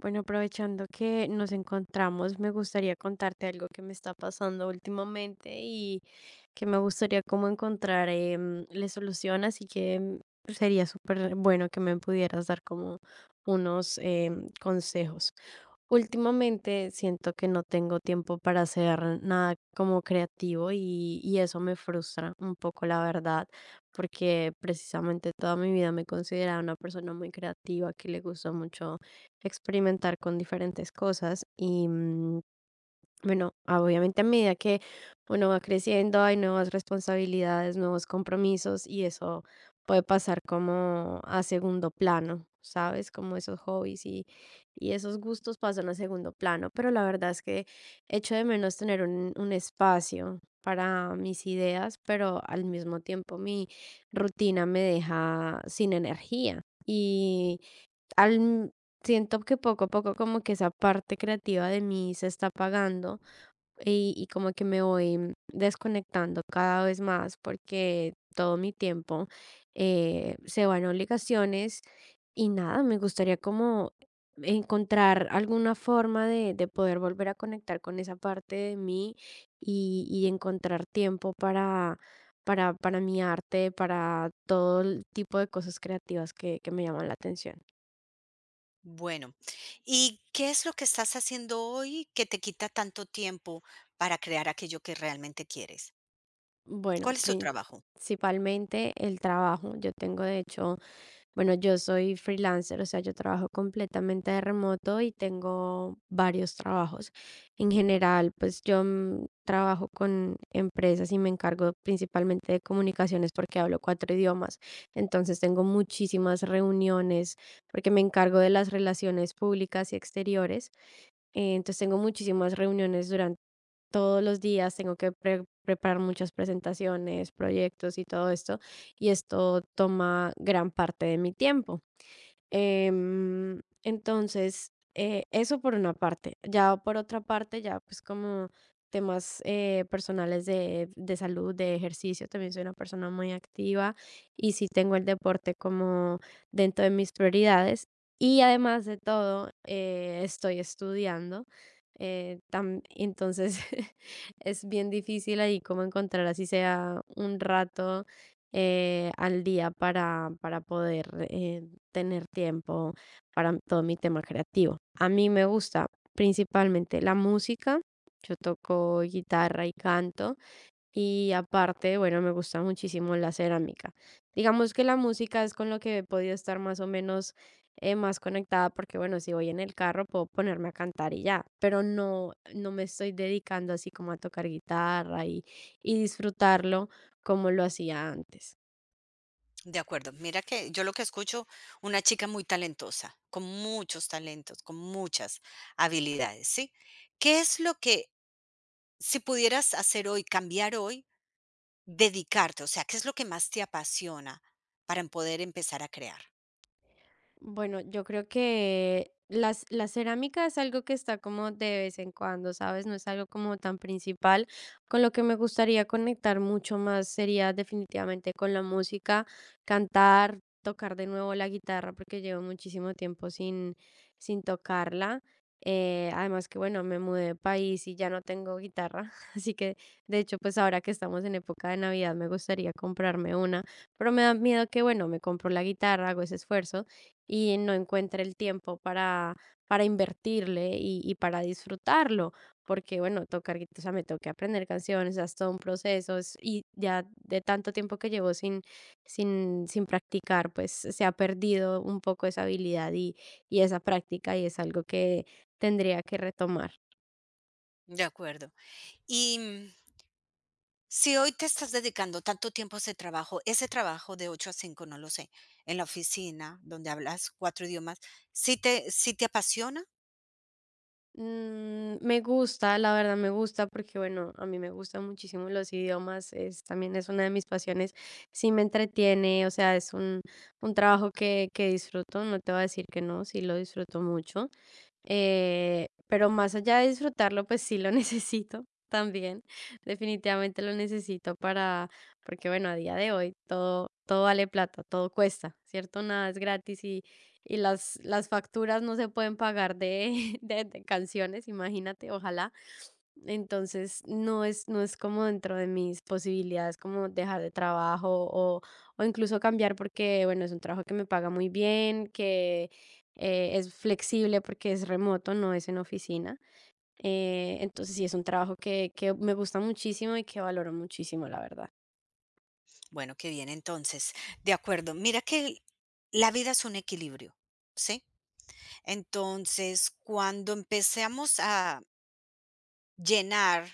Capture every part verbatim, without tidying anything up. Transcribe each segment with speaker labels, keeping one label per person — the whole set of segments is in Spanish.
Speaker 1: Bueno, aprovechando que nos encontramos, me gustaría contarte algo que me está pasando últimamente y que me gustaría como encontrar em, le solución, así que em, sería súper bueno que me pudieras dar como unos em, consejos. Últimamente siento que no tengo tiempo para hacer nada como creativo y, y eso me frustra un poco, la verdad, porque precisamente toda mi vida me he considerado una persona muy creativa, que le gustó mucho experimentar con diferentes cosas y mm, bueno, obviamente a medida que uno va creciendo hay nuevas responsabilidades, nuevos compromisos y eso puede pasar como a segundo plano, ¿sabes? Como esos hobbies y, y esos gustos pasan a segundo plano, pero la verdad es que echo de menos tener un, un espacio para mis ideas, pero al mismo tiempo mi rutina me deja sin energía. Y, al Siento que poco a poco como que esa parte creativa de mí se está apagando y, y como que me voy mm, desconectando cada vez más porque todo mi tiempo eh, se va en obligaciones y nada, me gustaría como encontrar alguna forma de, de poder volver a conectar con esa parte de mí y, y encontrar tiempo para, para, para mi arte, para todo el tipo de cosas creativas que, que me llaman la atención.
Speaker 2: Bueno, ¿y qué es lo que estás haciendo hoy que te quita tanto tiempo para crear aquello que realmente quieres?
Speaker 1: Bueno,
Speaker 2: ¿Cuál es tu trabajo?
Speaker 1: principalmente el trabajo. Yo tengo, de hecho, bueno, yo soy freelancer, o sea, yo trabajo completamente de remoto y tengo varios trabajos. En general, pues yo mm, trabajo con empresas y me encargo principalmente de comunicaciones porque hablo cuatro idiomas. Entonces tengo muchísimas reuniones porque me encargo de las relaciones públicas y exteriores. Eh, Entonces tengo muchísimas reuniones durante todos los días tengo que pre- preparar muchas presentaciones, proyectos y todo esto, y esto toma gran parte de mi tiempo. Em, entonces, eh, eso por una parte. Ya por otra parte, ya pues como temas eh, personales de, de salud, de ejercicio, también soy una persona muy activa y sí tengo el deporte como dentro de mis prioridades. Y además de todo, eh, estoy estudiando. Eh, tam- Entonces es bien difícil ahí como encontrar así sea un rato eh, al día para, para poder eh, tener tiempo para todo mi tema creativo. A mí me gusta principalmente la música. Yo toco guitarra y canto y aparte, bueno, me gusta muchísimo la cerámica. Digamos que la música es con lo que he podido estar más o menos eh, más conectada porque, bueno, si voy en el carro puedo ponerme a cantar y ya, pero no, no me estoy dedicando así como a tocar guitarra y, y disfrutarlo como lo hacía antes.
Speaker 2: De acuerdo, mira que yo lo que escucho, una chica muy talentosa, con muchos talentos, con muchas habilidades, ¿sí? ¿Qué es lo que, si pudieras hacer hoy, cambiar hoy, dedicarte? O sea, ¿qué es lo que más te apasiona para poder empezar a crear?
Speaker 1: Bueno, yo creo que las, la cerámica es algo que está como de vez en cuando, ¿sabes? No es algo como tan principal. Con lo que me gustaría conectar mucho más sería definitivamente con la música, cantar, tocar de nuevo la guitarra, porque llevo muchísimo tiempo sin, sin tocarla. Eh, además que, bueno, me mudé de país y ya no tengo guitarra, así que, de hecho, pues ahora que estamos en época de Navidad, me gustaría comprarme una, pero me da miedo que, bueno, me compro la guitarra, hago ese esfuerzo y no encuentra el tiempo para, para invertirle y, y para disfrutarlo, porque bueno, tocar, gui- o sea, me toqué aprender canciones, es todo un proceso es- y ya de tanto tiempo que llevo sin, sin, sin practicar, pues se ha perdido un poco esa habilidad y, y esa práctica y es algo que tendría que retomar.
Speaker 2: De acuerdo. Y mm, si hoy te estás dedicando tanto tiempo a ese trabajo, ese trabajo de ocho a cinco, no lo sé, en la oficina, donde hablas cuatro idiomas, si te si te apasiona?
Speaker 1: Mm, me gusta, la verdad me gusta porque, bueno, a mí me gustan muchísimo los idiomas, es, también es una de mis pasiones, sí me entretiene, o sea, es un, un trabajo que, que disfruto, no te voy a decir que no, sí lo disfruto mucho. Eh, pero más allá de disfrutarlo, pues sí lo necesito también. Definitivamente lo necesito para, porque bueno, a día de hoy todo, todo vale plata, todo cuesta, ¿cierto? Nada es gratis y, y las, las facturas no se pueden pagar de, de, de canciones, imagínate, ojalá. Entonces, no es no es como dentro de mis posibilidades como dejar de trabajo o o incluso cambiar porque, bueno, es un trabajo que me paga muy bien, que, eh, es flexible porque es remoto, no es en oficina. Eh, entonces, sí, es un trabajo que que me gusta muchísimo y que valoro muchísimo, la verdad.
Speaker 2: Bueno, qué bien, entonces, de acuerdo. Mira que la vida es un equilibrio, ¿sí? Entonces, cuando empecemos a llenar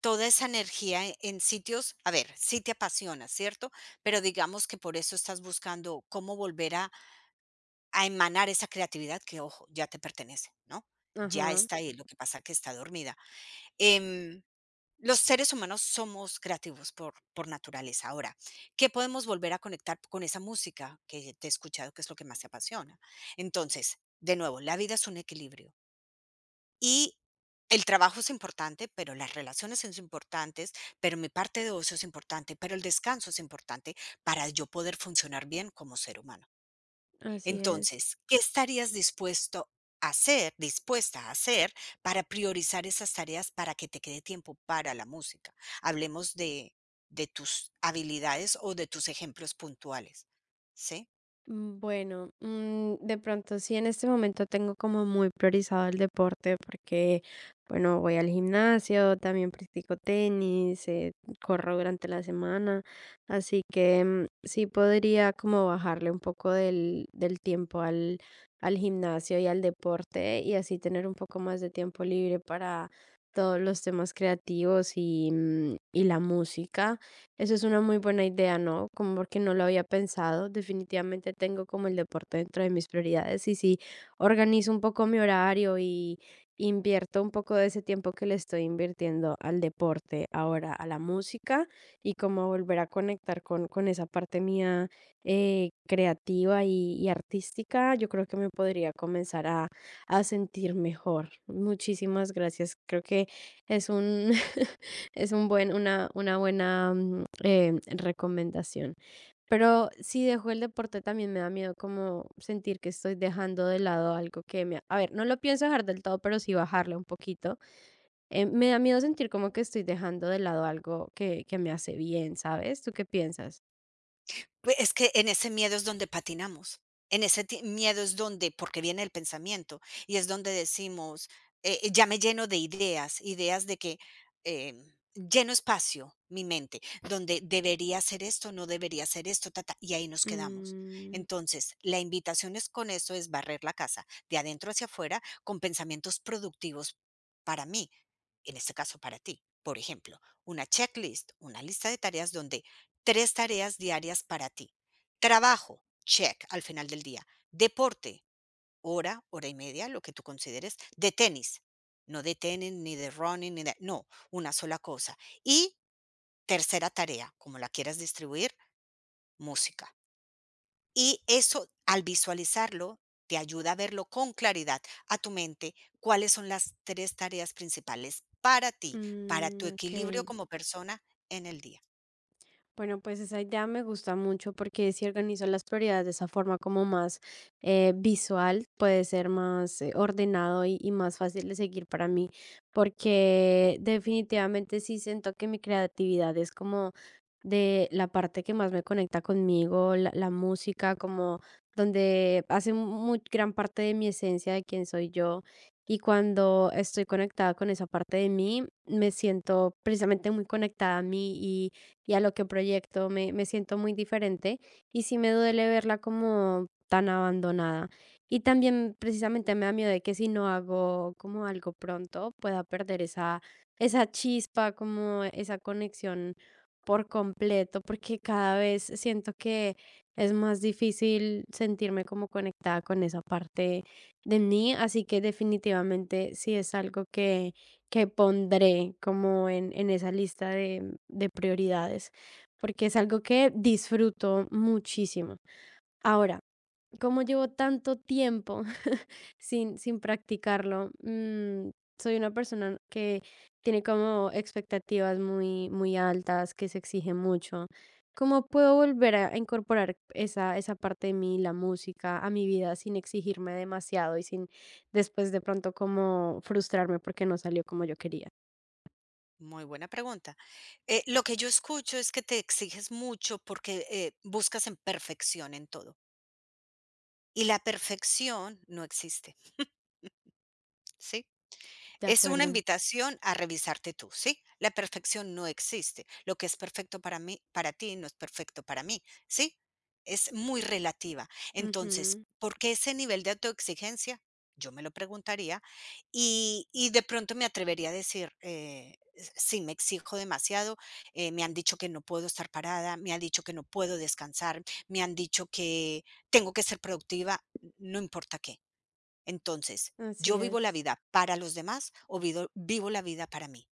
Speaker 2: toda esa energía e- en sitios, a ver, sí te apasiona, ¿cierto? Pero digamos que por eso estás buscando cómo volver a a emanar esa creatividad que, ojo, ya te pertenece, ¿no? Ya
Speaker 1: Ajá,
Speaker 2: está ahí, lo que pasa que está dormida. Em, los seres humanos somos creativos por, por naturaleza. Ahora, ¿qué podemos volver a conectar con esa música que te he escuchado, que es lo que más te apasiona? Entonces, de nuevo, la vida es un equilibrio y el trabajo es importante, pero las relaciones son importantes, pero mi parte de ocio es importante, pero el descanso es importante para yo poder funcionar bien como ser humano.
Speaker 1: así es.
Speaker 2: Entonces, ¿qué estarías dispuesto a hacer, dispuesta a hacer para priorizar esas tareas para que te quede tiempo para la música? Hablemos de, de tus habilidades o de tus ejemplos puntuales, ¿sí?
Speaker 1: Mm, Bueno, mm, de pronto sí en este momento tengo como muy priorizado el deporte porque, bueno, voy al gimnasio, también practico tenis, eh, corro durante la semana, así que mm, sí podría como bajarle un poco del, del tiempo al, al gimnasio y al deporte y así tener un poco más de tiempo libre para todos los temas creativos y, mm, y la música. Eso es una muy buena idea, ¿no? Como porque no lo había pensado. Definitivamente tengo como el deporte dentro de mis prioridades y si organizo un poco mi horario y invierto un poco de ese tiempo que le estoy invirtiendo al deporte, ahora a la música y como volver a conectar con, con esa parte mía eh, creativa y, y artística, yo creo que me podría comenzar a, a sentir mejor. Muchísimas gracias. Creo que es un... Es un buen una una buena, mm, em, recomendación. Pero si dejo el deporte, también me da miedo como sentir que estoy dejando de lado algo que me a ver, no lo pienso dejar del todo, pero sí bajarle un poquito. Eh, me da miedo sentir como que estoy dejando de lado algo que que me hace bien, ¿sabes? ¿Tú qué piensas?
Speaker 2: Pues, es que en ese miedo es donde patinamos. En ese ti miedo es donde porque viene el pensamiento, y es donde decimos, eh, eh, ya me lleno de ideas, ideas de que, em, lleno espacio mi mente, donde debería hacer esto, no debería hacer esto, ta, ta, y ahí nos quedamos.
Speaker 1: Mm,
Speaker 2: Entonces, la invitación es con eso es barrer la casa de adentro hacia afuera con pensamientos productivos para mí, en este caso para ti. Por ejemplo, una checklist, una lista de tareas donde tres tareas diarias para ti. Trabajo, check, al final del día. Deporte, hora, hora y media, lo que tú consideres. De tenis, no de tenis, ni de running, ni de... No, una sola cosa. Y tercera tarea, como la quieras distribuir, música. Y eso, al visualizarlo, te ayuda a verlo con claridad a tu mente, cuáles son las tres tareas principales para ti, para
Speaker 1: mm,
Speaker 2: tu equilibrio
Speaker 1: Okey.
Speaker 2: como persona en el día.
Speaker 1: Bueno, pues esa idea me gusta mucho porque si organizo las prioridades de esa forma como más eh, visual, puede ser más eh, ordenado y, y más fácil de seguir para mí, porque definitivamente sí siento que mi creatividad es como de la parte que más me conecta conmigo, la, la música, como donde hace muy gran parte de mi esencia, de quién soy yo. Y cuando estoy conectada con esa parte de mí, me siento precisamente muy conectada a mí y a lo que proyecto, me, me siento muy diferente y sí me duele verla como tan abandonada. Y también precisamente me da miedo de que si no hago como algo pronto pueda perder esa, esa chispa, como esa conexión por completo, porque cada vez siento que es más difícil sentirme como conectada con esa parte de mí, así que definitivamente sí es algo que que pondré como en en esa lista de de prioridades, porque es algo que disfruto muchísimo. Ahora, como llevo tanto tiempo sin sin practicarlo, mm, soy una persona que tiene como expectativas muy muy altas, que se exige mucho. ¿Cómo puedo volver a incorporar esa esa parte de mí, la música, a mi vida sin exigirme demasiado y sin después de pronto como frustrarme porque no salió como yo quería?
Speaker 2: Muy buena pregunta. Eh, lo que yo escucho es que te exiges mucho porque eh, buscas en perfección en todo. Y la perfección no existe, ¿sí?
Speaker 1: De
Speaker 2: Es una
Speaker 1: acuerdo.
Speaker 2: invitación a revisarte tú, ¿sí? La perfección no existe. Lo que es perfecto para mí, para ti, no es perfecto para mí, ¿sí? Es muy relativa. Entonces,
Speaker 1: Ujú,
Speaker 2: ¿por qué ese nivel de autoexigencia? Yo me lo preguntaría y, y de pronto me atrevería a decir, eh, sí, me exijo demasiado, eh, me han dicho que no puedo estar parada, me han dicho que no puedo descansar, me han dicho que tengo que ser productiva, no importa qué. Entonces,
Speaker 1: así
Speaker 2: ¿yo vivo la
Speaker 1: es.
Speaker 2: vida para los demás o vivo vivo la vida para mí?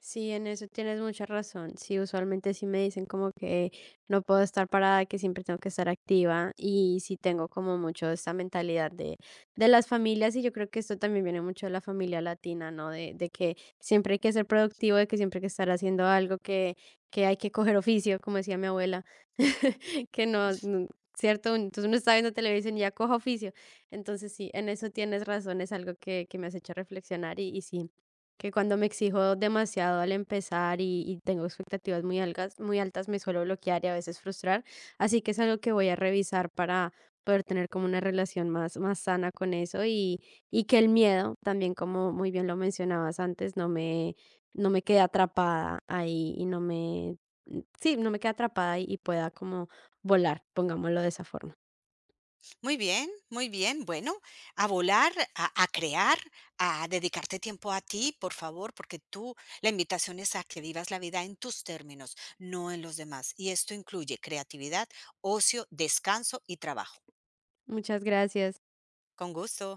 Speaker 1: Sí, en eso tienes mucha razón. Sí, usualmente sí me dicen como que no puedo estar parada, que siempre tengo que estar activa y sí tengo como mucho esta mentalidad de, de las familias y yo creo que esto también viene mucho de la familia latina, ¿no? De, de que siempre hay que ser productivo, de que siempre hay que estar haciendo algo, que, que hay que coger oficio, como decía mi abuela.
Speaker 2: Mm.
Speaker 1: Que no, no, ¿cierto? Entonces uno está viendo televisión y ya coja oficio. Entonces sí, en eso tienes razón, es algo que, que me has hecho reflexionar y, y sí, que cuando me exijo demasiado al empezar y, y tengo expectativas muy altas, muy altas, me suelo bloquear y a veces frustrar. Así que es algo que voy a revisar para poder tener como una relación más, más sana con eso y, y que el miedo, también como muy bien lo mencionabas antes, no me, no me quede atrapada ahí y no me, sí, no me quede atrapada y y pueda como volar, pongámoslo de esa forma.
Speaker 2: Muy bien, muy bien. Bueno, a volar, a, a crear, a dedicarte tiempo a ti, por favor, porque tú, la invitación es a que vivas la vida en tus términos, no en los demás. Y esto incluye creatividad, ocio, descanso y trabajo.
Speaker 1: Muchas gracias.
Speaker 2: Con gusto.